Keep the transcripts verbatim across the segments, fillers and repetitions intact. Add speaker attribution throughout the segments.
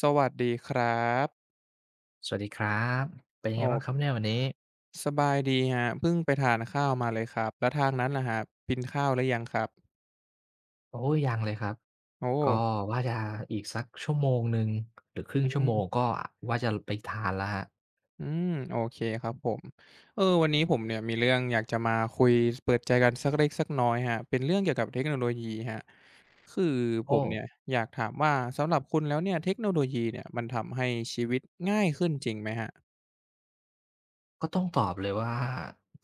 Speaker 1: สวัสดีครับ
Speaker 2: สวัสดีครับ เป็นยั
Speaker 1: โอ
Speaker 2: งไงบ้างครับ
Speaker 1: ้
Speaker 2: เนี่ยวันนี้
Speaker 1: สบายดีคะเพิ่งไปทานข้าวมาเลยครับแล้วทางนั้นล่ะฮะกินข้าวหรือยังครับ
Speaker 2: โอ้โฮยังเลยครับ
Speaker 1: โอ้
Speaker 2: ก็ว่าจะอีกสักชั่วโมงหนึ่งหรือครึ่
Speaker 1: อื
Speaker 2: งชั่ว
Speaker 1: ม
Speaker 2: โมงก็ว่าจะไปทานแล้วครับ
Speaker 1: อืมโอเคครับผม เออ วันนี้ผมเนี่ยมีเรื่องอยากจะมาคุยเปิดใจกันสักเล็กสักน้อยครับเป็นเรื่องเกี่ยวกับเทคโนโลยีฮรคือผม
Speaker 2: โอ้
Speaker 1: เนี่ยอยากถามว่าสำหรับคุณแล้วเนี่ยเทคโนโลยีเนี่ยมันทำให้ชีวิตง่ายขึ้นจริงไหมครับ
Speaker 2: ก็ต้องตอบเลยว่า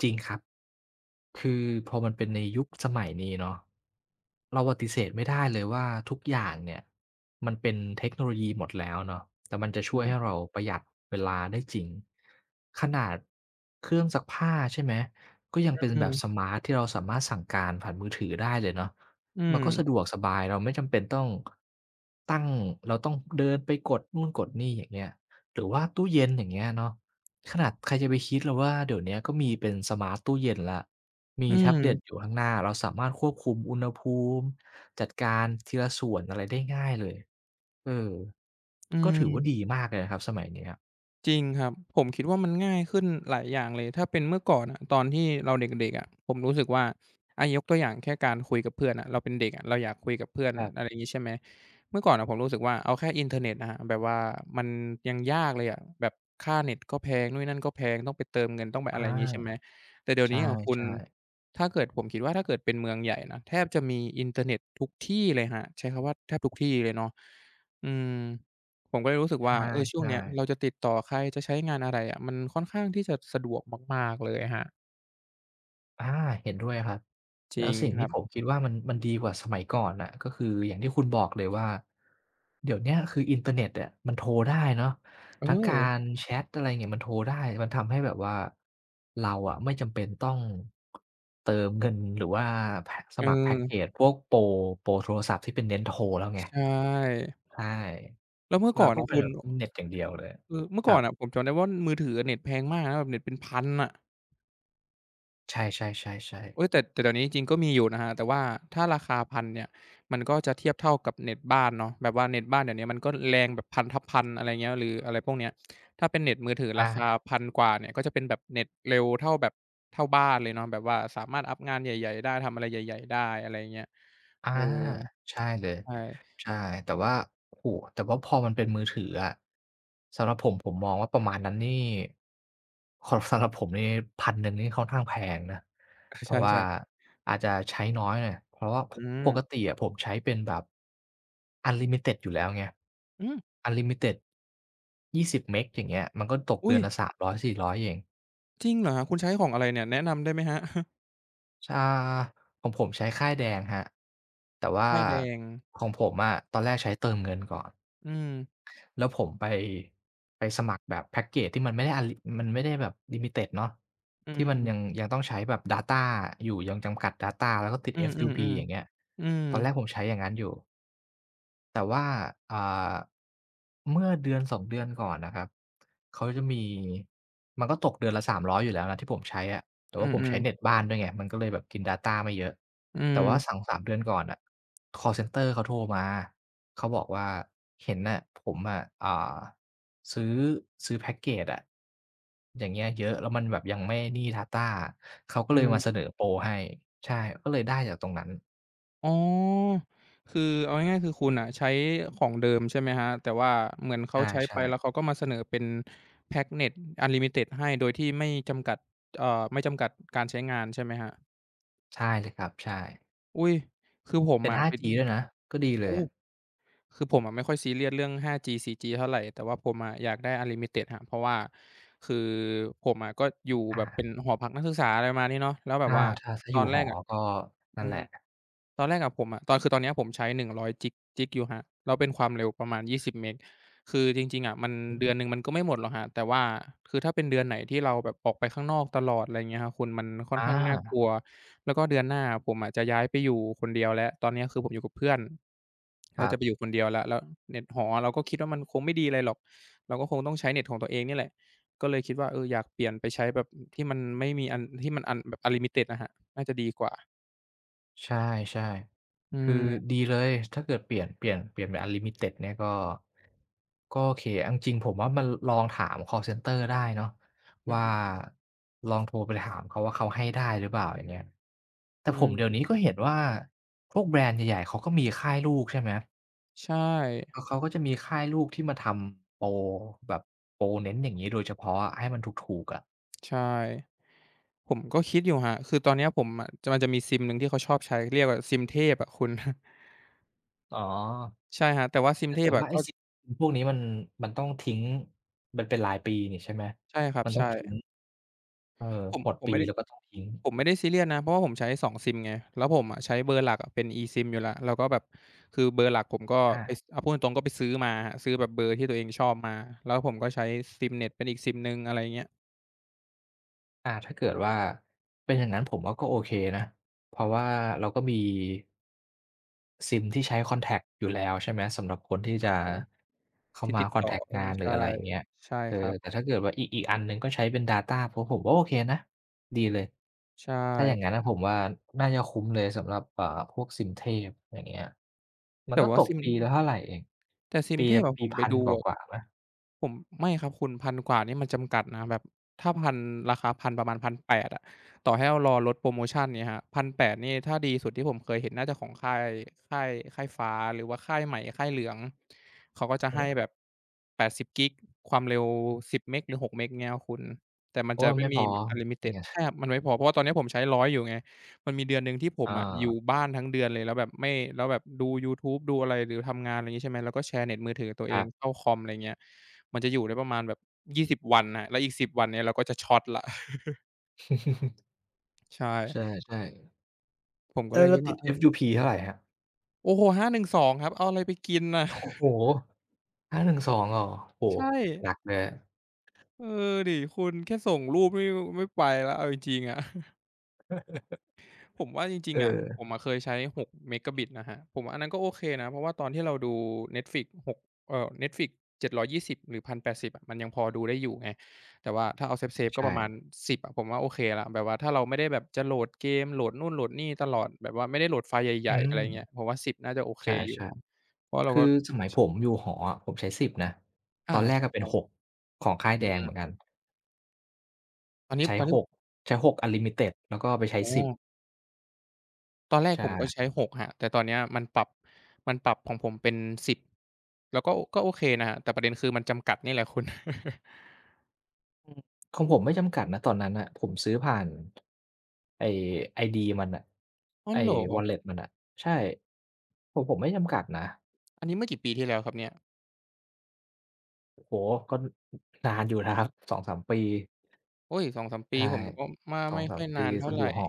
Speaker 2: จริงครับคือพอมันเป็นในยุคสมัยนี้เนาะเราปฏิเสธไม่ได้เลยว่าทุกอย่างเนี่ยมันเป็นเทคโนโลยีหมดแล้วเนาะแต่มันจะ
Speaker 1: อื
Speaker 2: ช่วยให้
Speaker 1: ม
Speaker 2: เราประหยัดเวลาได้จริงขนาดเครื่องซักผ้าใช่ไหมก็ยังเป็น
Speaker 1: อื
Speaker 2: แบบส
Speaker 1: ม
Speaker 2: มาร์ตที่เราสามารถสั่งการผ่านมือถือได้เลยเนาะ
Speaker 1: อื
Speaker 2: มันก็สะด
Speaker 1: ม
Speaker 2: วกสบายเราไม่จำเป็นต้องตั้งเราต้องเดินไปกดนู่นกดนี่อย่างเงี้ยหรือว่าตู้เย็นอย่างเงี้ยเนาะ ขนาดใครจะไปคิดล่ะว่าเดี๋ยวเนี้ยก็มีเป็นสมาร์ตตู้เย็นแล้วมี
Speaker 1: อื
Speaker 2: แท็บเล็ตอ
Speaker 1: ม
Speaker 2: ยู่ข้างหน้าเราสามารถควบคุมอุณหภูมิจัดการทีละส่วนอะไรได้ง่ายเลยเออ
Speaker 1: อื
Speaker 2: ก็ถือว่า
Speaker 1: ม
Speaker 2: ดีมากเลยนะครับสมัยเนี้ยค
Speaker 1: จริงครับผมคิดว่ามันง่ายขึ้นหลายอย่างเลยถ้าเป็นเมื่อก่อนอะตอนที่เราเด็กๆอะผมรู้สึกว่าอายกตัวอย่างแค่การคุยกับเพื่อนอะเราเป็นเด็กอะเราอยากคุยกับเพื่อน
Speaker 2: รับ
Speaker 1: อะไรอย่างนี้ใช่ไหมเมื่อก่อนอะผมรู้สึกว่าเอาแค่อินเทอร์เน็ตนะฮะแบบว่ามันยังยากเลยอะแบบค่าเน็ตก็แพงนู่นนั่นก็แพงต้องไปเติมเงินต้องไปอะ
Speaker 2: อา
Speaker 1: ไรอย่างนี้ใช่ไหมแต่เดี๋ยวนี้
Speaker 2: ใช่
Speaker 1: อะคุณ
Speaker 2: ๆ
Speaker 1: ถ้าเกิดผมคิดว่าถ้าเกิดเป็นเมืองใหญ่นะแทบจะมีอินเทอร์เน็ตทุกที่เลยฮะใช้คำว่าแทบทุกที่เลยเนาะอืม ผมก็เลยรู้สึก
Speaker 2: ใ
Speaker 1: ว่าเออช่วง
Speaker 2: ช่
Speaker 1: เนี้ยเรา
Speaker 2: ๆ
Speaker 1: จะติดต่อใครจะใช้งานอะไรอะมันค่อนข้างที่จะสะดวกมากๆเลยครับ
Speaker 2: อาเห็นด้วยครับ
Speaker 1: จริ
Speaker 2: แล้ว
Speaker 1: ง
Speaker 2: สิ่ง
Speaker 1: ครั
Speaker 2: ที่ผม
Speaker 1: บ
Speaker 2: คิดว่ามันมันดีกว่าสมัยก่อนน่ะก็คืออย่างที่คุณบอกเลยว่าเดี๋ยวเนี้ยคืออินเทอร์เน็ตอะมันโทรได้เนาะ
Speaker 1: เอ
Speaker 2: ทั้งการ
Speaker 1: อ
Speaker 2: แชตอะไรอย่างเงี้ยมันโทรได้มันทำให้แบบว่าเราอะไม่จำเป็นต้องเติมเงินหรือว่าแพะส
Speaker 1: เออ
Speaker 2: มัครแพ็กเกจพวกโปรโปรโทรศัพท์ที่เป็นเน้นโทรแล้วไง
Speaker 1: ใช่
Speaker 2: ใช่
Speaker 1: แล้วเมื่อก่
Speaker 2: เรา
Speaker 1: อน
Speaker 2: ก็
Speaker 1: นะ
Speaker 2: เป็น
Speaker 1: คุณ
Speaker 2: แบบเน็ตอย่างเดียวเลย
Speaker 1: เออเมื่อ
Speaker 2: ค
Speaker 1: ก่อ
Speaker 2: รั
Speaker 1: น
Speaker 2: บ
Speaker 1: น่ะผมจำได้ว่ามือถืออะเน็ตแพงมากนะแบบเน็ตเป็นพันอะ
Speaker 2: ใช่ๆๆ
Speaker 1: อุ๊
Speaker 2: ๆ
Speaker 1: ยแต่แต่เดี๋ยวนี้จริงๆก็มีอยู่นะครับแต่ว่าถ้าราคาพันเนี่ยมันก็จะเทียบเท่ากับเน็ตบ้านเนาะแบบว่าเน็ตบ้านเดี๋ยวนี้มันก็แรงแบบพันทับพันอะไรเงี้ยหรืออะไรพวกเนี้ยถ้าเป็นเน็ตมือถือราคา
Speaker 2: อา
Speaker 1: พันกว่าเนี่ยก็จะเป็นแบบเน็ตเร็วเท่าแบบเท่าบ้านเลยเนาะแบบว่าสามารถอัปงานใหญ่ๆได้ทำอะไรใหญ่ๆได้อะไรเงี้ย
Speaker 2: อา
Speaker 1: เออ
Speaker 2: ใช่เลย
Speaker 1: ใช่
Speaker 2: ใช่แต่ว่าโอ้โฮแต่ว่าพอมันเป็นมือถืออะสำหรับผมผมมองว่าประมาณนั้นนี่ขอ สำหรับผมนี่พันหนงนี่ค่อนข้างแพงนะ
Speaker 1: เออ
Speaker 2: เพ
Speaker 1: ใช
Speaker 2: ราะว่า
Speaker 1: ่ๆ
Speaker 2: อาจจะใช้น้อยหน่อยเพราะว่าป
Speaker 1: อืม
Speaker 2: ปกติอะผมใช้เป็นแบบอันลิมิต็ดอยู่แล้วไง
Speaker 1: อืม
Speaker 2: อันลิมิต็ดยี่สิบเมกอย่างเงี้ยมันก็ตก
Speaker 1: อุ๊
Speaker 2: เดื
Speaker 1: ย
Speaker 2: อนละสามร้อยสีศูนย์ ศูนย์ สี่ ศูนย์ ศูนย์เอง
Speaker 1: จริงเหรอครับคุณใช้ของอะไรเนี่ยแนะนำได้ไหมครับ
Speaker 2: ชาของผมใช้ค่ายแดงครับแต่ว่า
Speaker 1: ป้ายแดง
Speaker 2: ของผมอะตอนแรกใช้เติมเงินก่อน
Speaker 1: อืม
Speaker 2: แล้วผมไปไปสมัครแบบแพ็กเกจที่มันไม่ได้อันลิมันไม่ได้แบบลิมิตดเนาะ
Speaker 1: อื
Speaker 2: ที่มันยัง
Speaker 1: ม
Speaker 2: ยังต้องใช้แบบดาตาอยู่ยังจำกัดดาตาแล้วก็ติด
Speaker 1: อือ
Speaker 2: เอฟ ยู พี อย่างเงี้ย
Speaker 1: ๆๆอืม
Speaker 2: ตอนแรกผมใช้อย่างงั้นอยู่ แต่ว่าอ่าเมื่อเดือนสองเดือนก่อนนะครับเขาจะมีมันก็ตกเดือนละสามร้อยอยอยู่แล้วนะที่ผมใช้อะแต่
Speaker 1: อื
Speaker 2: ว่าผม
Speaker 1: อ
Speaker 2: ใช้เน็
Speaker 1: ๆ
Speaker 2: ตบ้านด้วยไงมันก็เลยแบบกินดาตาไม่เยอะ
Speaker 1: อื
Speaker 2: แต่
Speaker 1: ม
Speaker 2: ว่าสั่งสามเดือนก่อนน่ะคอลเซนเตอร์เขาโทรมาเขาบอกว่าเห็นน่ะผมอะอ่าซื้อซื้อแพ็กเกจอะอย่างเงี้ยเยอะแล้วมันแบบยังไม่นี่ดาตาเขาก็
Speaker 1: อื
Speaker 2: เลยมาเส
Speaker 1: ม
Speaker 2: นอโปรให้ใช่ก็เลยได้จากตรงนั้น
Speaker 1: อ๋อคือเอาง่ายๆคือคุณอ่ะใช้ของเดิมใช่ไหมครับแต่ว่าเหมือนเขาใช้ไปแล้ว
Speaker 2: ใช่
Speaker 1: เขาก็มาเสนอเป็นแพ็กเน็ตอันลิมิเต็ดให้โดยที่ไม่จำกัดเอ่อไม่จำกัดการใช้งานใช่ไหมครับ
Speaker 2: ๆใช่เลยครับใช่
Speaker 1: อุ๊ยคือผม
Speaker 2: เป็น
Speaker 1: อะเป็น
Speaker 2: ห้าจี ด้วยนะ ก็ดีเล
Speaker 1: โอ้
Speaker 2: ยอะ
Speaker 1: คือผมอะไม่ค่อยซีเรียสเรื่อง ไฟว์ จี โฟร์ จี เท่าไรแต่ว่าผมอะอยากได้อันลิมิเต็ดครับเพราะว่าคือผมอะก็อยู่แบ
Speaker 2: อา
Speaker 1: บเป็นหอพักนักศึกษาอะไรประมาณนี้เนาะแล้วแบบ
Speaker 2: อา
Speaker 1: ว่า
Speaker 2: ถ้าถ้า
Speaker 1: ต
Speaker 2: อ
Speaker 1: อ
Speaker 2: ยู่
Speaker 1: นแร
Speaker 2: หอ
Speaker 1: กอะ
Speaker 2: ก็
Speaker 1: อื
Speaker 2: นั่นแห
Speaker 1: ม
Speaker 2: ละ
Speaker 1: ตอนแรกอะผมอะตอนคือตอนเนี้ยผมใช้หนึ่งร้อยจิกจิกอยู่ครับแล้วเป็นความเร็วประมาณยี่สิบเมกคือจริงๆอะมัน
Speaker 2: อือ
Speaker 1: เดือนหนึ่งมันก็ไม่หมดหรอกครับแต่ว่าคือถ้าเป็นเดือนไหนที่เราแบบออกไปข้างนอกตลอดอะไรอย่างเงี้ยครับคุณมันค่อ
Speaker 2: อ
Speaker 1: นข้างน่าก
Speaker 2: า
Speaker 1: ลัวแล้วก็เดือนหน้าผมอะจะย้ายไปอยู่คนเดียวแล้วตอนเนี้ยคือผมอยู่กับเพื่อน
Speaker 2: ค
Speaker 1: เรา
Speaker 2: รั
Speaker 1: จะ
Speaker 2: บ
Speaker 1: ไปอยู่คนเดียวแล้วแล้วเน็ตหอเราก็คิดว่ามันคงไม่ดีอะไรหรอกเราก็คงต้องใช้เน็ตของตัวเองนี่แหละก็เลยคิดว่าเอออยากเปลี่ยนไปใช้แบบที่มันไม่มีอันที่มันอันแบบอันลิมิต็ดอะครับน่าจะดีกว่า
Speaker 2: ใช่
Speaker 1: อื
Speaker 2: ๆคือ
Speaker 1: ม
Speaker 2: ดีเลย ถ้าเกิดเปลี่ยนเปลี่ยนเปลี่ยนเป็นอัลลิมิเต็ดเนี่ยก็ ก็โอเคเอาจริงๆผมว่ามันลองถามคอลเซนเตอร์ได้เนาะว่า
Speaker 1: อื
Speaker 2: ลองโทรไปถามเขาว่าเขาให้ได้หรือเปล่าอย่างเงี้ยแต่
Speaker 1: อ
Speaker 2: ผมเดี๋ยว
Speaker 1: ๆ
Speaker 2: นี้ก็เห็นว่า พวกแบรนด์ใหญ่ๆ เขาก็มีค่ายลูกใช่ไหม
Speaker 1: ใช่
Speaker 2: เขาเขาก็จะมีค่ายลูกที่มาทำโปรแบบโปรเน้นอย่างงี้โดยเฉพาะอะให้มันถูกๆอะ
Speaker 1: ใช่ผมก็คิดอยู่ครับคือตอนเนี้ยผมอะจะมันจะมีซิมหนึ่งที่เขาชอบใช้เรียกว่าซิมเทพอะคุณ
Speaker 2: อ๋อ
Speaker 1: ใช่ครับแต่ว่าซิม
Speaker 2: แต่
Speaker 1: เท
Speaker 2: แต่
Speaker 1: พอะ
Speaker 2: ว่าไอ้
Speaker 1: ก็
Speaker 2: สิพวกนี้มันมันต้องทิ้งมันเป็นรายปีนี่ใช่ไหม
Speaker 1: ใช่ครับ
Speaker 2: มันต้อ
Speaker 1: ใช่
Speaker 2: งทิ้งเออ
Speaker 1: ผม
Speaker 2: หมด
Speaker 1: ผม
Speaker 2: ปี
Speaker 1: ไม่ได้
Speaker 2: แล้วก็ต้องทิ้ง
Speaker 1: ผมไม่ได้ซีเรียสนะเพราะว่าผมใช้สองซิมไงแล้วผมอะใช้เบอร์หลักอะเป็น eSIM อยู่แล้วแล้วก็แบบคือเบอร์หลักผมก็ไปซ
Speaker 2: อา
Speaker 1: เอาพูดตรงๆก็ไปซื้อมาครับซื้อแบบเบอร์ที่ตัวเองชอบมาแล้วผมก็ใช้ซิมเน็ตเป็นอีกซิมหนึ่งอะไรเงี้ย
Speaker 2: อาถ้าเกิดว่าเป็นอย่างนั้นผมว่าก็โอเคนะเพราะว่าเราก็มีซิมที่ใช้คอนแท็กต์อยู่แล้วใช่ไหมสำหรับคนที่จะเข้า
Speaker 1: ที่
Speaker 2: มา
Speaker 1: ติด
Speaker 2: คอน
Speaker 1: ต่อ
Speaker 2: แท็กต์
Speaker 1: เอ
Speaker 2: งา
Speaker 1: อ
Speaker 2: นหรือ
Speaker 1: ใช่
Speaker 2: อะไรอย่างเงี้ย
Speaker 1: ใช่
Speaker 2: เอ
Speaker 1: ค
Speaker 2: อ
Speaker 1: รั
Speaker 2: แต่
Speaker 1: บ
Speaker 2: ถ้าเกิดว่าอีกอีกอันหนึ่งก็ใช้เป็นดาต้าผมผมว่าโอเคนะดีเลย
Speaker 1: ใช่
Speaker 2: ถ้าอย่างงั้นนะผมว่าน่าจะคุ้มเลยสำหรับอ่าพวกซิมเทพอย่างเงี้ยมัน
Speaker 1: แต่
Speaker 2: ก็ต
Speaker 1: ว่า
Speaker 2: ก
Speaker 1: ซิม
Speaker 2: ปีละเท่าไรเอง
Speaker 1: แต่ซิม
Speaker 2: ปี
Speaker 1: เทพอะผ
Speaker 2: ปี
Speaker 1: มไป
Speaker 2: พัน
Speaker 1: ดู
Speaker 2: ก
Speaker 1: อะ
Speaker 2: ว่าๆไหม
Speaker 1: ผมไม่ครับคุณพันกว่านี่มันจำกัดนะแบบถ้าพันราคาพันประมาณพันแปดร้อยอะต่อให้เรารอลดโพรโมชันเนี่ยครับพันแปดร้อยนแปดนี่ถ้าดีสุดที่ผมเคยเห็นน่าจะของค่ายค่ายค่ายฟ้าหรือว่าค่ายใหม่ค่ายเหลืองเขาก็
Speaker 2: อื
Speaker 1: จะ
Speaker 2: อฮึ
Speaker 1: ให้แบบแปดสิบกิกความเร็วสิบเมกหรือหกเมกเงี้ยครับคุณแต่มัน
Speaker 2: โอ้
Speaker 1: จะไม่
Speaker 2: ไม่พ
Speaker 1: มี
Speaker 2: อ
Speaker 1: แบบอัลลิมิติด
Speaker 2: เนี่ย
Speaker 1: ใช่ครับมันไม่พอเพราะว่าตอนนี้ผมใช้ร้อยอยู่ไง มันมีเดือนหนึ่งที่ผม
Speaker 2: อ
Speaker 1: อะอยู่
Speaker 2: า
Speaker 1: บ้านทั้งเดือนเลยแล้วแบบไม่แล้วแบบดูยูทูบดูอะไรหรือทำงานอะไรอย่างงี้ใช่ไหมแล้วก็แชร์เน็ตมือถือตัว
Speaker 2: ค
Speaker 1: เอ
Speaker 2: รั
Speaker 1: ง
Speaker 2: บ
Speaker 1: เข้าคอมอะไรเงี้ยมันจะอยู่ได้ประมาณแบบยี่สิบวันน่ะแล้วอีกสิบวันเนี่ยเราก็จะช็อตแล้ว ใช่
Speaker 2: ใช่
Speaker 1: ผม
Speaker 2: ๆ
Speaker 1: ก็
Speaker 2: เอ
Speaker 1: เล
Speaker 2: อ
Speaker 1: ย
Speaker 2: แล้
Speaker 1: คิ
Speaker 2: ว
Speaker 1: ด
Speaker 2: ติ
Speaker 1: ว่า
Speaker 2: ด
Speaker 1: เฮ้ย
Speaker 2: เอฟ ยู พี เท่าไรครับ
Speaker 1: โอ้โฮห้าร้อยสิบสองครับเอาอะไรไปกินน่ะ
Speaker 2: โอ้โฮ ห้าร้อยสิบสองเหรอโอ้โฮ
Speaker 1: ใช่
Speaker 2: หนักเลยอะ
Speaker 1: เออดิคุณแค่ส่งรูปนี่ไม่ไปแล้วเอาจริงๆอะ ผมว่าจริง
Speaker 2: เอ
Speaker 1: ๆอะผม
Speaker 2: อ
Speaker 1: อะเคยใช้หก เอ็ม บี พี เอส Mbps นะครับผมว่าอันนั้นก็โอเคนะเพราะว่าตอนที่เราดู Netflix หกเอ่อ Netflix เจ็ดร้อยยี่สิบหรือหนึ่งพันแปดสิบอะมันยังพอดูได้อยู่ไงแต่ว่าถ้าเอาเซฟๆก็
Speaker 2: ใช่
Speaker 1: ประมาณสิบอะผมว่าโอเคแล้วแบบว่าถ้าเราไม่ได้แบบจะโหลดเกมโหลดนู่นโหลดนี่ตลอดแบบว่าไม่ได้โหลดไฟล์ให
Speaker 2: อื
Speaker 1: ญ่ๆ
Speaker 2: ม
Speaker 1: อะไรเงี้ยผมว่าสิบน่าจะโอเค
Speaker 2: ใช
Speaker 1: อยู่
Speaker 2: ่
Speaker 1: เพราะ
Speaker 2: ๆ
Speaker 1: เรา
Speaker 2: คื
Speaker 1: ก็
Speaker 2: อสมัยผม
Speaker 1: ช
Speaker 2: อยู่หออะผมใช้สิบนะต
Speaker 1: อา
Speaker 2: อนแรก
Speaker 1: ใช่
Speaker 2: อะเป็นหก
Speaker 1: ๆ
Speaker 2: ของค่ายแด
Speaker 1: อื
Speaker 2: งเหมือนกั
Speaker 1: ม
Speaker 2: น
Speaker 1: ตอนนี้
Speaker 2: ใช้
Speaker 1: ตอนนี้
Speaker 2: หกใช้หกอันลิมิเต็ดแล้วก็ไปใช้
Speaker 1: อ๋อ
Speaker 2: สิบ
Speaker 1: ตอนแรก
Speaker 2: ใ
Speaker 1: ผมก็ใช้
Speaker 2: ช่
Speaker 1: หกครับแต่ตอนเนี้ยมันปรับมันปรับของผมเป็นสิบ เราก็ก็โอเคนะครับแต่ประเด็นคือมันจำกัดนี่แหละคุณ
Speaker 2: ของผมไม่จำกัดนะตอนนั้นน่ะผมซื้อผ่านไอ้ไอดีมันน่ะ
Speaker 1: อ้าว
Speaker 2: ไอ้
Speaker 1: เหรอ
Speaker 2: wallet มันน่ะใช่ผมผมไม่จำกัดนะ
Speaker 1: อันนี้เมื่อกี่ปีที่แล้วครับเนี่ย
Speaker 2: โอ้โฮก็นานอยู่นะครับสองถึงสามปี
Speaker 1: โอ๊ยสองถึงสามปี
Speaker 2: ใช่
Speaker 1: ผมก็ว่าไม่ค่อ
Speaker 2: สองถึงสาม
Speaker 1: ยนา
Speaker 2: ปี
Speaker 1: น
Speaker 2: ต
Speaker 1: เท่า
Speaker 2: อนอ
Speaker 1: ไร
Speaker 2: ยู่หอ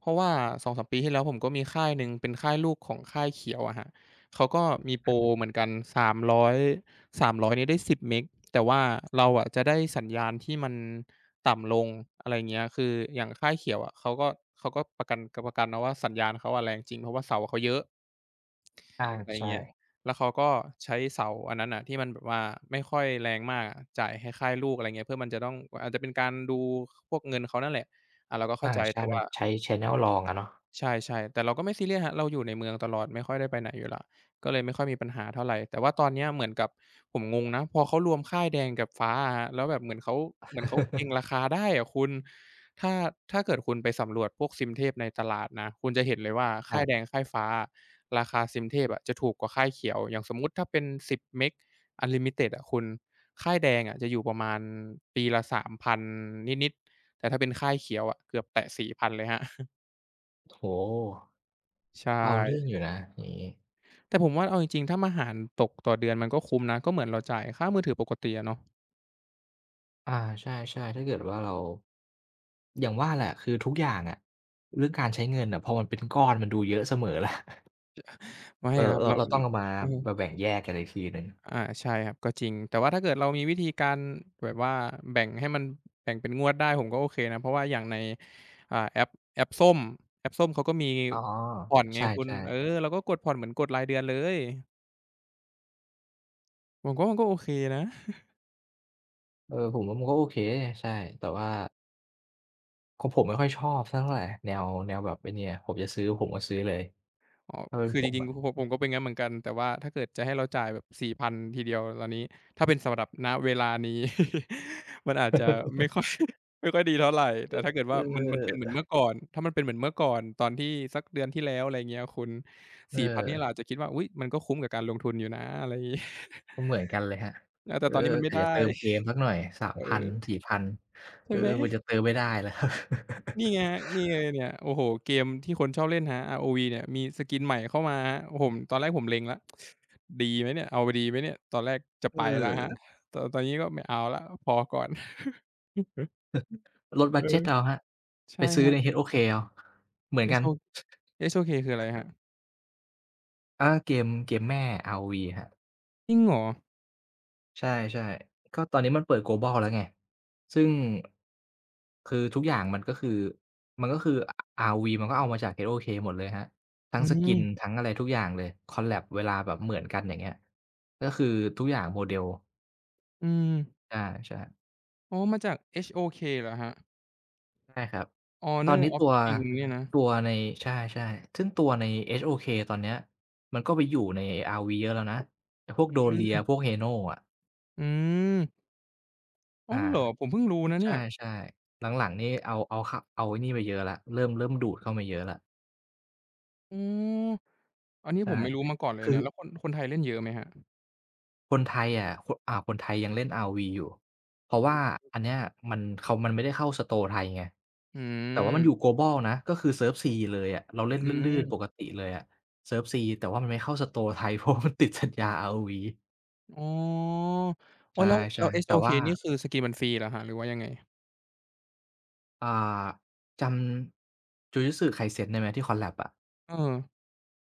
Speaker 1: เพราะว่าสองถึงสามปีที่แล้วผมก็มีค่ายหนึ่งเป็นค่ายลูกของค่ายเขียวอะครับเขาก็มีโปรเหมือนกันสามร้อยร้อยสามร้อยเนี่ยได้สิบเมกแต่ว่าเราอะจะได้สัญญาณที่มันต่ำลงอะไรอย่างเงี้ยคืออย่างค่ายเขียวอะเขาก็เขาก็ประกันกประกันนะว่าสัญญาณเขาอะแรงจริงเพราะว่าเสาเขาเยอะ
Speaker 2: อา
Speaker 1: อะไร
Speaker 2: ใช่
Speaker 1: เงี้ยแล้วเขาก็ใช้เสาอันนั้นน่ะที่มันแบบว่าไม่ค่อยแรงมากอะจ่ายให้ค่ายลูกอะไรเงี้ยเพื่อมันจะต้องอาจจะเป็นการดูพวกเงินเขานั่นแหละอาเราก็เข้า
Speaker 2: อา
Speaker 1: ใจ
Speaker 2: ใช่
Speaker 1: แต่
Speaker 2: มัน
Speaker 1: ว่า
Speaker 2: ใช้แชนเนิลลองอะเนาะ
Speaker 1: ใช่ๆแต่เราก็ไม่ซีเรียสครับเราอยู่ในเมืองตลอดไม่ค่อยได้ไปไหนอยู่แล้วก็เลยไม่ค่อยมีปัญหาเท่าไรแต่ว่าตอนเนี้ยเหมือนกับผมงงนะพอเขารวมค่ายแดงกับฟ้าอะครับแล้วแบบเหมือนเขาเหมือนเขาเก็ง ราคาได้อะคุณถ้าถ้าเกิดคุณไปสำรวจพวกซิมเทพในตลาดนะคุณจะเห็นเลยว่า
Speaker 2: ค
Speaker 1: ค่า
Speaker 2: รั
Speaker 1: ยแดง
Speaker 2: บ
Speaker 1: ค่ายฟ้าอะราคาซิมเทพอะจะถูกกว่าค่ายเขียวอย่างสมมุติถ้าเป็นสิบเมกอันลิมิต็ดอะคุณค่ายแดงอะจะอยู่ประมาณปีละสามพันนิดๆแต่ถ้าเป็นค่ายเขียวอะเกือบแตะสี่พันเลยครับ
Speaker 2: โอ้โฮ
Speaker 1: ใช
Speaker 2: เอาเรื่อง
Speaker 1: ่
Speaker 2: อยู่นะอย่างงี้
Speaker 1: แต่ผมว่าเอาจริงๆถ้าอาหารตกต่อเดือนมันก็คุ้มนะก็เหมือนเราจ่ายค่ามือถือปกติอะเนาะ
Speaker 2: อาใช่ๆถ้าเกิดว่าเราอย่างว่าแหละคือทุกอย่างอะเรื่องการใช้เงินน่ะพอมันเป็นก้อนมันดูเยอะเสมอแหละ
Speaker 1: ไม่
Speaker 2: เออ
Speaker 1: ครับ
Speaker 2: เรา
Speaker 1: เรา
Speaker 2: เราต้อง
Speaker 1: เรา
Speaker 2: เอามา
Speaker 1: เออ
Speaker 2: มาแบ่งแยกกันอีกทีหนึ่ง
Speaker 1: อาใช่ครับก็จริงแต่ว่าถ้าเกิดเรามีวิธีการแบบว่าแบ่งให้มันแบ่งเป็นงวดได้ผมก็โอเคนะเพราะว่าอย่างในอ่าแอปแอปส้มแอปส้มเขาก็มี
Speaker 2: อ๋อ
Speaker 1: ผ่อนไง
Speaker 2: ใช
Speaker 1: คุณเออ
Speaker 2: ่
Speaker 1: เราก็กดผ่อนเหมือนกดรายเดือนเลยผมก็มันก็โอเคนะ
Speaker 2: ๆเออผมว่ามันก็โอเคใช่แต่ว่า ของผมไม่ค่อยชอบสักเท่าไรแนวแนวแบบไอ้เนี่ยผมจะซื้อผมก็ซื้อเลย
Speaker 1: อ๋อ
Speaker 2: ถ้าเป็น
Speaker 1: คือ
Speaker 2: ผ
Speaker 1: จ
Speaker 2: ม
Speaker 1: ริง
Speaker 2: อะ
Speaker 1: ๆผมผมก็เป็นงั้นเหมือนกันแต่ว่าถ้าเกิดจะให้เราจ่ายแบบสี่พันทีเดียวตอนนี้ ถ้าเป็นสำหรับณเวลานี้ มันอาจจะไม่ค่อย ไม่ค่อยดีเท่าไรแต่ถ้าเกิด
Speaker 2: เื
Speaker 1: ว่า
Speaker 2: อ
Speaker 1: มันมันเป็นเหมือนเมื่อก่อนถ้ามันเป็นเหมือนเมื่อก่อนตอนที่สักเดือนที่แล้วอะไรเงี้ยคุณ
Speaker 2: เอ
Speaker 1: สี่พันน
Speaker 2: อ
Speaker 1: นี่เราอาจจะคิดว่าอุ๊ยมันก็คุ้มกับการลงทุนอยู่นะอะไรงี้
Speaker 2: ก็เหมือนกันเลยครับ
Speaker 1: เออแต่
Speaker 2: เออ
Speaker 1: ตอนนี้มันไม่
Speaker 2: กะ
Speaker 1: ได้
Speaker 2: จะเติมเกมสักหน่อย
Speaker 1: เออ
Speaker 2: สามพัน สี่พัน
Speaker 1: ใช่
Speaker 2: เออ
Speaker 1: ไหม
Speaker 2: มันจะเติมไม่ได้แล้วครับ
Speaker 1: นี่ไงครับนี่เลยเนี่ยโอ้โฮเกมที่คนชอบเล่นครับ อาร์ โอ วี เนี่ยมี skin ใหม่เข้ามาครับผมตอนแรกผมเล็งแล้วดีไหมเนี่ยเอาดีไหมเนี่ยตอนแรกจะ
Speaker 2: เ
Speaker 1: ไปแล้วครับ
Speaker 2: ออ
Speaker 1: ตอนตอนนี้ก็ไม่เอาแล้วพอก่อน
Speaker 2: ลดบั
Speaker 1: เอ
Speaker 2: ดเจ
Speaker 1: อ
Speaker 2: ตเอาครับไป
Speaker 1: ใช่ค
Speaker 2: ซื้อ
Speaker 1: รับ
Speaker 2: ใน เอช โอ เค เอาเหมือนกัน
Speaker 1: เอช โอ เอช โอ เค คืออะไรครับ
Speaker 2: อาเกมเกมแม่ อาร์ โอ วี ครับ
Speaker 1: จริงเหรอ
Speaker 2: ใช่ๆก็ตอนนี้มันเปิด global แล้วไงซึ่งคือทุกอย่างมันก็คือมันก็คือ อาร์ วี มันก็เอามาจาก เอช โอ เค หมดเลยครับทั้
Speaker 1: อื
Speaker 2: ง skin
Speaker 1: ม
Speaker 2: ทั้งอะไรทุกอย่างเลยคอลแลบเวลาแบบเหมือนกันอย่างเงี้ยก็คือทุกอย่างโมเดล
Speaker 1: อืม
Speaker 2: ใช่ๆ
Speaker 1: อ๋อมาจาก เอช โอ เค เหรอครับ
Speaker 2: ใช่ครับตอน
Speaker 1: Honor
Speaker 2: นี้
Speaker 1: of
Speaker 2: ตัว
Speaker 1: King เนี่ยนะ
Speaker 2: ตัวในใช่ๆซึ่งตัวใน เอช โอ เค ตอนเนี้ยมันก็ไปอยู่ใน อาร์ วี เยอะแล้วนะไอ้พวก
Speaker 1: อื
Speaker 2: Dolia
Speaker 1: ม
Speaker 2: พวก Heno อะ
Speaker 1: อืมอ้า
Speaker 2: อา
Speaker 1: วเหรอผมเพิ่งรู้นะ
Speaker 2: ใช
Speaker 1: เนี่ย
Speaker 2: ่ๆหลังๆนี่เอาเอาเข้าเอาไอ้นี่มาเยอะแล้วเริ่มเริ่มดูดเข้ามาเยอะแล้ว
Speaker 1: อ๋ออันนี้ผ
Speaker 2: ใช่
Speaker 1: มไม่รู้มาก่อนเลย
Speaker 2: คือ
Speaker 1: เนี่ยแล้วคนคนไทยเล่นเยอะไหมครับ
Speaker 2: คนไทยอะคอ่าคนไทยยังเล่น อาร์ โอ วี อยู่เพราะว่าอันเนี้ยมันเขามันไม่ได้เข้าสโตร์ไทยไง
Speaker 1: อื
Speaker 2: แต่ว่ามันอยู่
Speaker 1: ม
Speaker 2: global นะก็คือเซิร์ฟ C เลยอะเราเล่น
Speaker 1: อืม
Speaker 2: ลื่นๆปกติเลยอะเซิร์ฟ C แต่ว่ามันไม่เข้าสโตร์ไทย เพราะมันติดสัญญา อาร์ โอ วี
Speaker 1: อ๋อโอ๊ยแล้วแล้
Speaker 2: ใช่
Speaker 1: ว
Speaker 2: ๆแต่
Speaker 1: เอช โอ เค
Speaker 2: ว่า
Speaker 1: นี่คือสกีมันฟรีเหรอครับหรือว่ายังไง
Speaker 2: อ่าจำ Jujutsu Kaisen ได้ไหมที่ Collab อะ
Speaker 1: เออ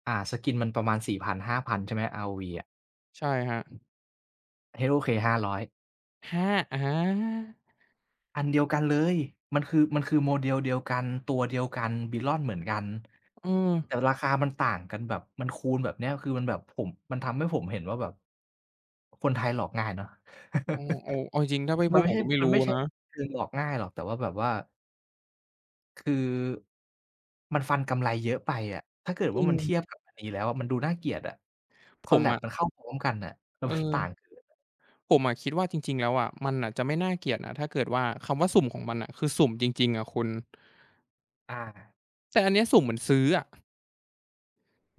Speaker 2: อ่าสกินมันประมาณสี่ ศูนย์ ศูนย์ ศูนย์ ห้า ศูนย์ ศูนย์นใช่ไหม อาร์ โอ วี อะ
Speaker 1: ใช่ครับ
Speaker 2: เอช โอ เค ห้าร้อยอย
Speaker 1: ฮะอา
Speaker 2: อันเดียวกันเลยมันคือมันคือโมเดลเดียวกันตัวเดียวกัน Belon เหมือนกัน
Speaker 1: เออ
Speaker 2: แต่ราคามันต่างกันแบบมันคูณแบบเนี้ยคือมันแบบผมมันทำให้ผมเห็นว่าแบบคนไทยหลอกง่ายเนาะ
Speaker 1: เออเอาเอาจริงๆถ้าไม่
Speaker 2: มั
Speaker 1: พู
Speaker 2: น
Speaker 1: ด
Speaker 2: ไม่
Speaker 1: ผม
Speaker 2: ใช่
Speaker 1: ก็ไม่
Speaker 2: มัน
Speaker 1: รู้
Speaker 2: ไม่ใช่
Speaker 1: นะ
Speaker 2: คือหลอกง่ายหรอกแต่ว่าแบบว่าคือมันฟันกำไรเยอะไปอะถ้าเกิด
Speaker 1: จริ
Speaker 2: ว่า
Speaker 1: ง
Speaker 2: มันเทียบกับอันนี้แล้วอะมันดูน่าเกลียดอะค
Speaker 1: ผ
Speaker 2: อล
Speaker 1: ม
Speaker 2: แลบ
Speaker 1: อะ
Speaker 2: มันเข้าพร้อมกันน่ะแล้
Speaker 1: เอ
Speaker 2: ว
Speaker 1: อ
Speaker 2: มันต่างเกิน
Speaker 1: ผมอะคิดว่าจริงๆแล้วอะมันน่ะจะไม่น่าเกลียดนะถ้าเกิดว่าคำว่าสุ่มของมันน่ะคือสุ่มจริงๆอะคุณ
Speaker 2: อา
Speaker 1: แต่อันเนี้ยสุ่มเหมือนซื้ออะ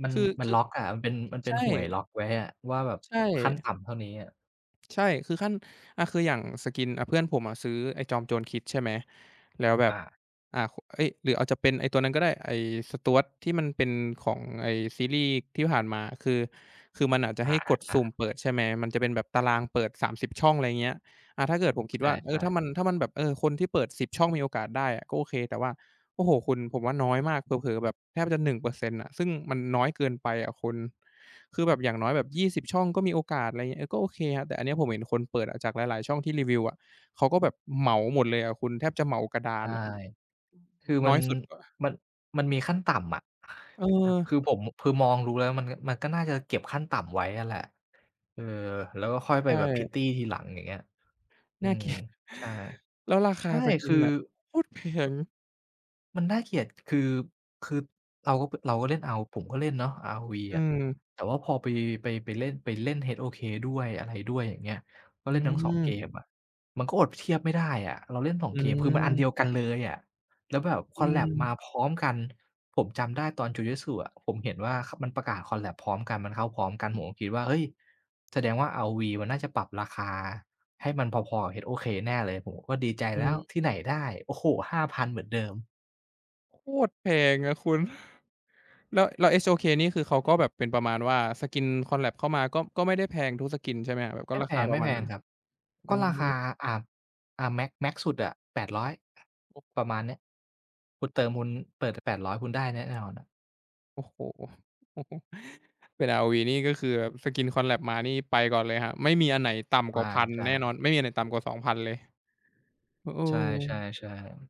Speaker 2: มัน
Speaker 1: คือ
Speaker 2: มัน
Speaker 1: คือ
Speaker 2: ล็อกอะมันเป็นมันเป็น
Speaker 1: ใช่
Speaker 2: หวยล็อกไว้อะว่าแบบ
Speaker 1: ใช่
Speaker 2: ขั้นต่ำเท่านี้อะ
Speaker 1: ใช่คือขั้นอาคืออย่างสกินอ่าเพื่อนผมอะซื้อไอ้จอมโจรคิดใช่ไหมแล้วแบบ
Speaker 2: อา
Speaker 1: อ่าคเอ๊ยหรือเอาจจะเป็นไอ้ตัวนั้นก็ได้ไอ้ Stuart ที่มันเป็นของไอ้ซีรีส์ที่ผ่านมาคือคือมันอาจจะให้กด
Speaker 2: อา
Speaker 1: สุ่ม
Speaker 2: ๆ
Speaker 1: เปิดใช่ไหมมันจะเป็นแบบตารางเปิดสามสิบช่องอะไรเงี้ยอ่าถ้าเกิดผม
Speaker 2: ๆ
Speaker 1: คิดว่าเออ
Speaker 2: ใช่
Speaker 1: ถ้ามัน
Speaker 2: ๆ
Speaker 1: ถ้ามันแบบเออคนที่เปิดสิบช่องมีโอกาสได้อะก็โอเคแต่ว่าโอ้โฮคุณผมว่าน้อยมากเผลอๆแบบแทบจะหนึ่งเปอร์เซ็นต์อร์เซ็นต์อะซึ่งมันน้อยเกินไปอะคุณ คือแบบอย่างน้อยแบบยี่สิบช่องก็มีโอกาสอะไรเงี้ยเออก็โอเคครับแต่อันเนี้ยผมเห็นคนเปิดอะจากหลายๆช่องที่รีวิวอะเขาก็แบบเหมาหมดเลยอะคุณแทบจะเหมากระดาน
Speaker 2: ใช่
Speaker 1: อะ
Speaker 2: คือ
Speaker 1: น้
Speaker 2: มั
Speaker 1: อ
Speaker 2: น
Speaker 1: ยสุดก็
Speaker 2: มันมันมีขั้นต่ำอะ
Speaker 1: เ
Speaker 2: คือ
Speaker 1: ออ
Speaker 2: ผมคือมองดูแล้วมันมันก็น่าจะเก็บขั้นต่ำไว้อะแหละเออแล้วก็ค่อย
Speaker 1: ใช
Speaker 2: ไปแบบ
Speaker 1: ่
Speaker 2: Petty ทีหลังอย่างเงี้ยอื
Speaker 1: น่าเก
Speaker 2: ม
Speaker 1: ลียด
Speaker 2: ใช่
Speaker 1: แล้วราคา
Speaker 2: ใช่
Speaker 1: สกิน
Speaker 2: คือ
Speaker 1: น่ะโคตรแพง
Speaker 2: มันน่าเกลียดคือคือเราก็เราก็เล่น อาร์ โอ ผมก็เล่นเนาะ อาร์ โอ วี
Speaker 1: อื
Speaker 2: อะ
Speaker 1: ม
Speaker 2: แต่ว่าพอไปไปไปเล่นไปเล่น เอช โอ เค ด้วยอะไรด้วยอย่างเงี้ยก็
Speaker 1: อื
Speaker 2: เล่นทั้งสองเกม
Speaker 1: ม
Speaker 2: อะมันก็อดเทียบไม่ได้อะเราเล่นสอง
Speaker 1: อื
Speaker 2: เกมคือมันอันเดียว
Speaker 1: ม
Speaker 2: กันเลยอะแล้วแบบ
Speaker 1: อื
Speaker 2: Collab มาพ
Speaker 1: ม
Speaker 2: ร้อมกันผมจำได้ตอน Jujutsu อะผมเห็นว่าขมันประกาศ Collab พร้อมกันมันเข้าพร้อมกันผมก็คิดว่าเฮ้ยแสดงว่า อาร์ โอ วี มันน่าจะปรับราคาให้มันพอๆกับ เอช โอ เค แน่เลยผมก็ดีใจ
Speaker 1: อื
Speaker 2: แล้วที่
Speaker 1: ม
Speaker 2: ไหนได้โอ้โฮห้าพันเหมือนเดิม
Speaker 1: โคตรแพงอะคุณ แล้วแล้ว เอช โอ เค นี่คือเขาก็แบบเป็นประมาณว่าสกิน Collab เข้ามาก็ก็ไม่ได้แพงทุกสกินใช่ไหมครับแบบก็
Speaker 2: ไม่
Speaker 1: รา
Speaker 2: แพ
Speaker 1: คา
Speaker 2: ง
Speaker 1: ประ
Speaker 2: ไม่
Speaker 1: มาณ
Speaker 2: แพง
Speaker 1: นั้น
Speaker 2: ครับ
Speaker 1: อื
Speaker 2: ก็รา
Speaker 1: ม
Speaker 2: คาอ่าอ่าแม็กแม็กซ์สุดอะแปดร้อยปดรอ
Speaker 1: โอ
Speaker 2: ยป
Speaker 1: ้
Speaker 2: ระมาณเนี้ยคุณเติมคุณเปิดแปดร้อยคุณได้แน่นอนอะ
Speaker 1: โอ้โฮโอ้โฮ เป็น อาร์ โอ วี นี่ก็คือแบบสกิน Collab มานี่ไปก่อนเลยครับไม่มีอันไหนต่ำกว่าพันแน่น
Speaker 2: ใช่
Speaker 1: อน ไม่มีอันไหนต่ำกว่าสองพันเลยเอ
Speaker 2: ๆใช
Speaker 1: อ
Speaker 2: ่ๆๆ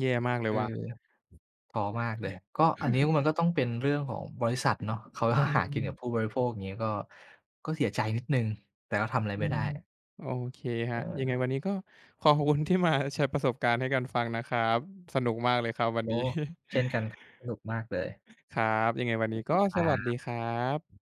Speaker 1: แย่มากเล
Speaker 2: เ
Speaker 1: ยว่ะ
Speaker 2: ออท้อมากเลยก็อันนี้มัน ก็ต้องเป็นเรื่องของบริษัทเนาะเขาก็
Speaker 1: อื
Speaker 2: หา
Speaker 1: ม
Speaker 2: กินกับผู้บริโภคอย่างงี้ก็ก็เสียใจนิดหนึ่งแต่ก็ทำอะไร
Speaker 1: อื
Speaker 2: ไม่
Speaker 1: ม
Speaker 2: ได้
Speaker 1: โอเคครับยังไง
Speaker 2: เออ
Speaker 1: วันนี้ก็ขอขอบคุณที่มาแชร์ประสบการณ์ให้กันฟังนะครับ สนุกมากเลยครับวันนี้
Speaker 2: โอ้เช่นกันสนุกมากเลย
Speaker 1: ครับ ยังไงวันนี้ก็
Speaker 2: ค
Speaker 1: สวัสดี
Speaker 2: รับ
Speaker 1: ครับ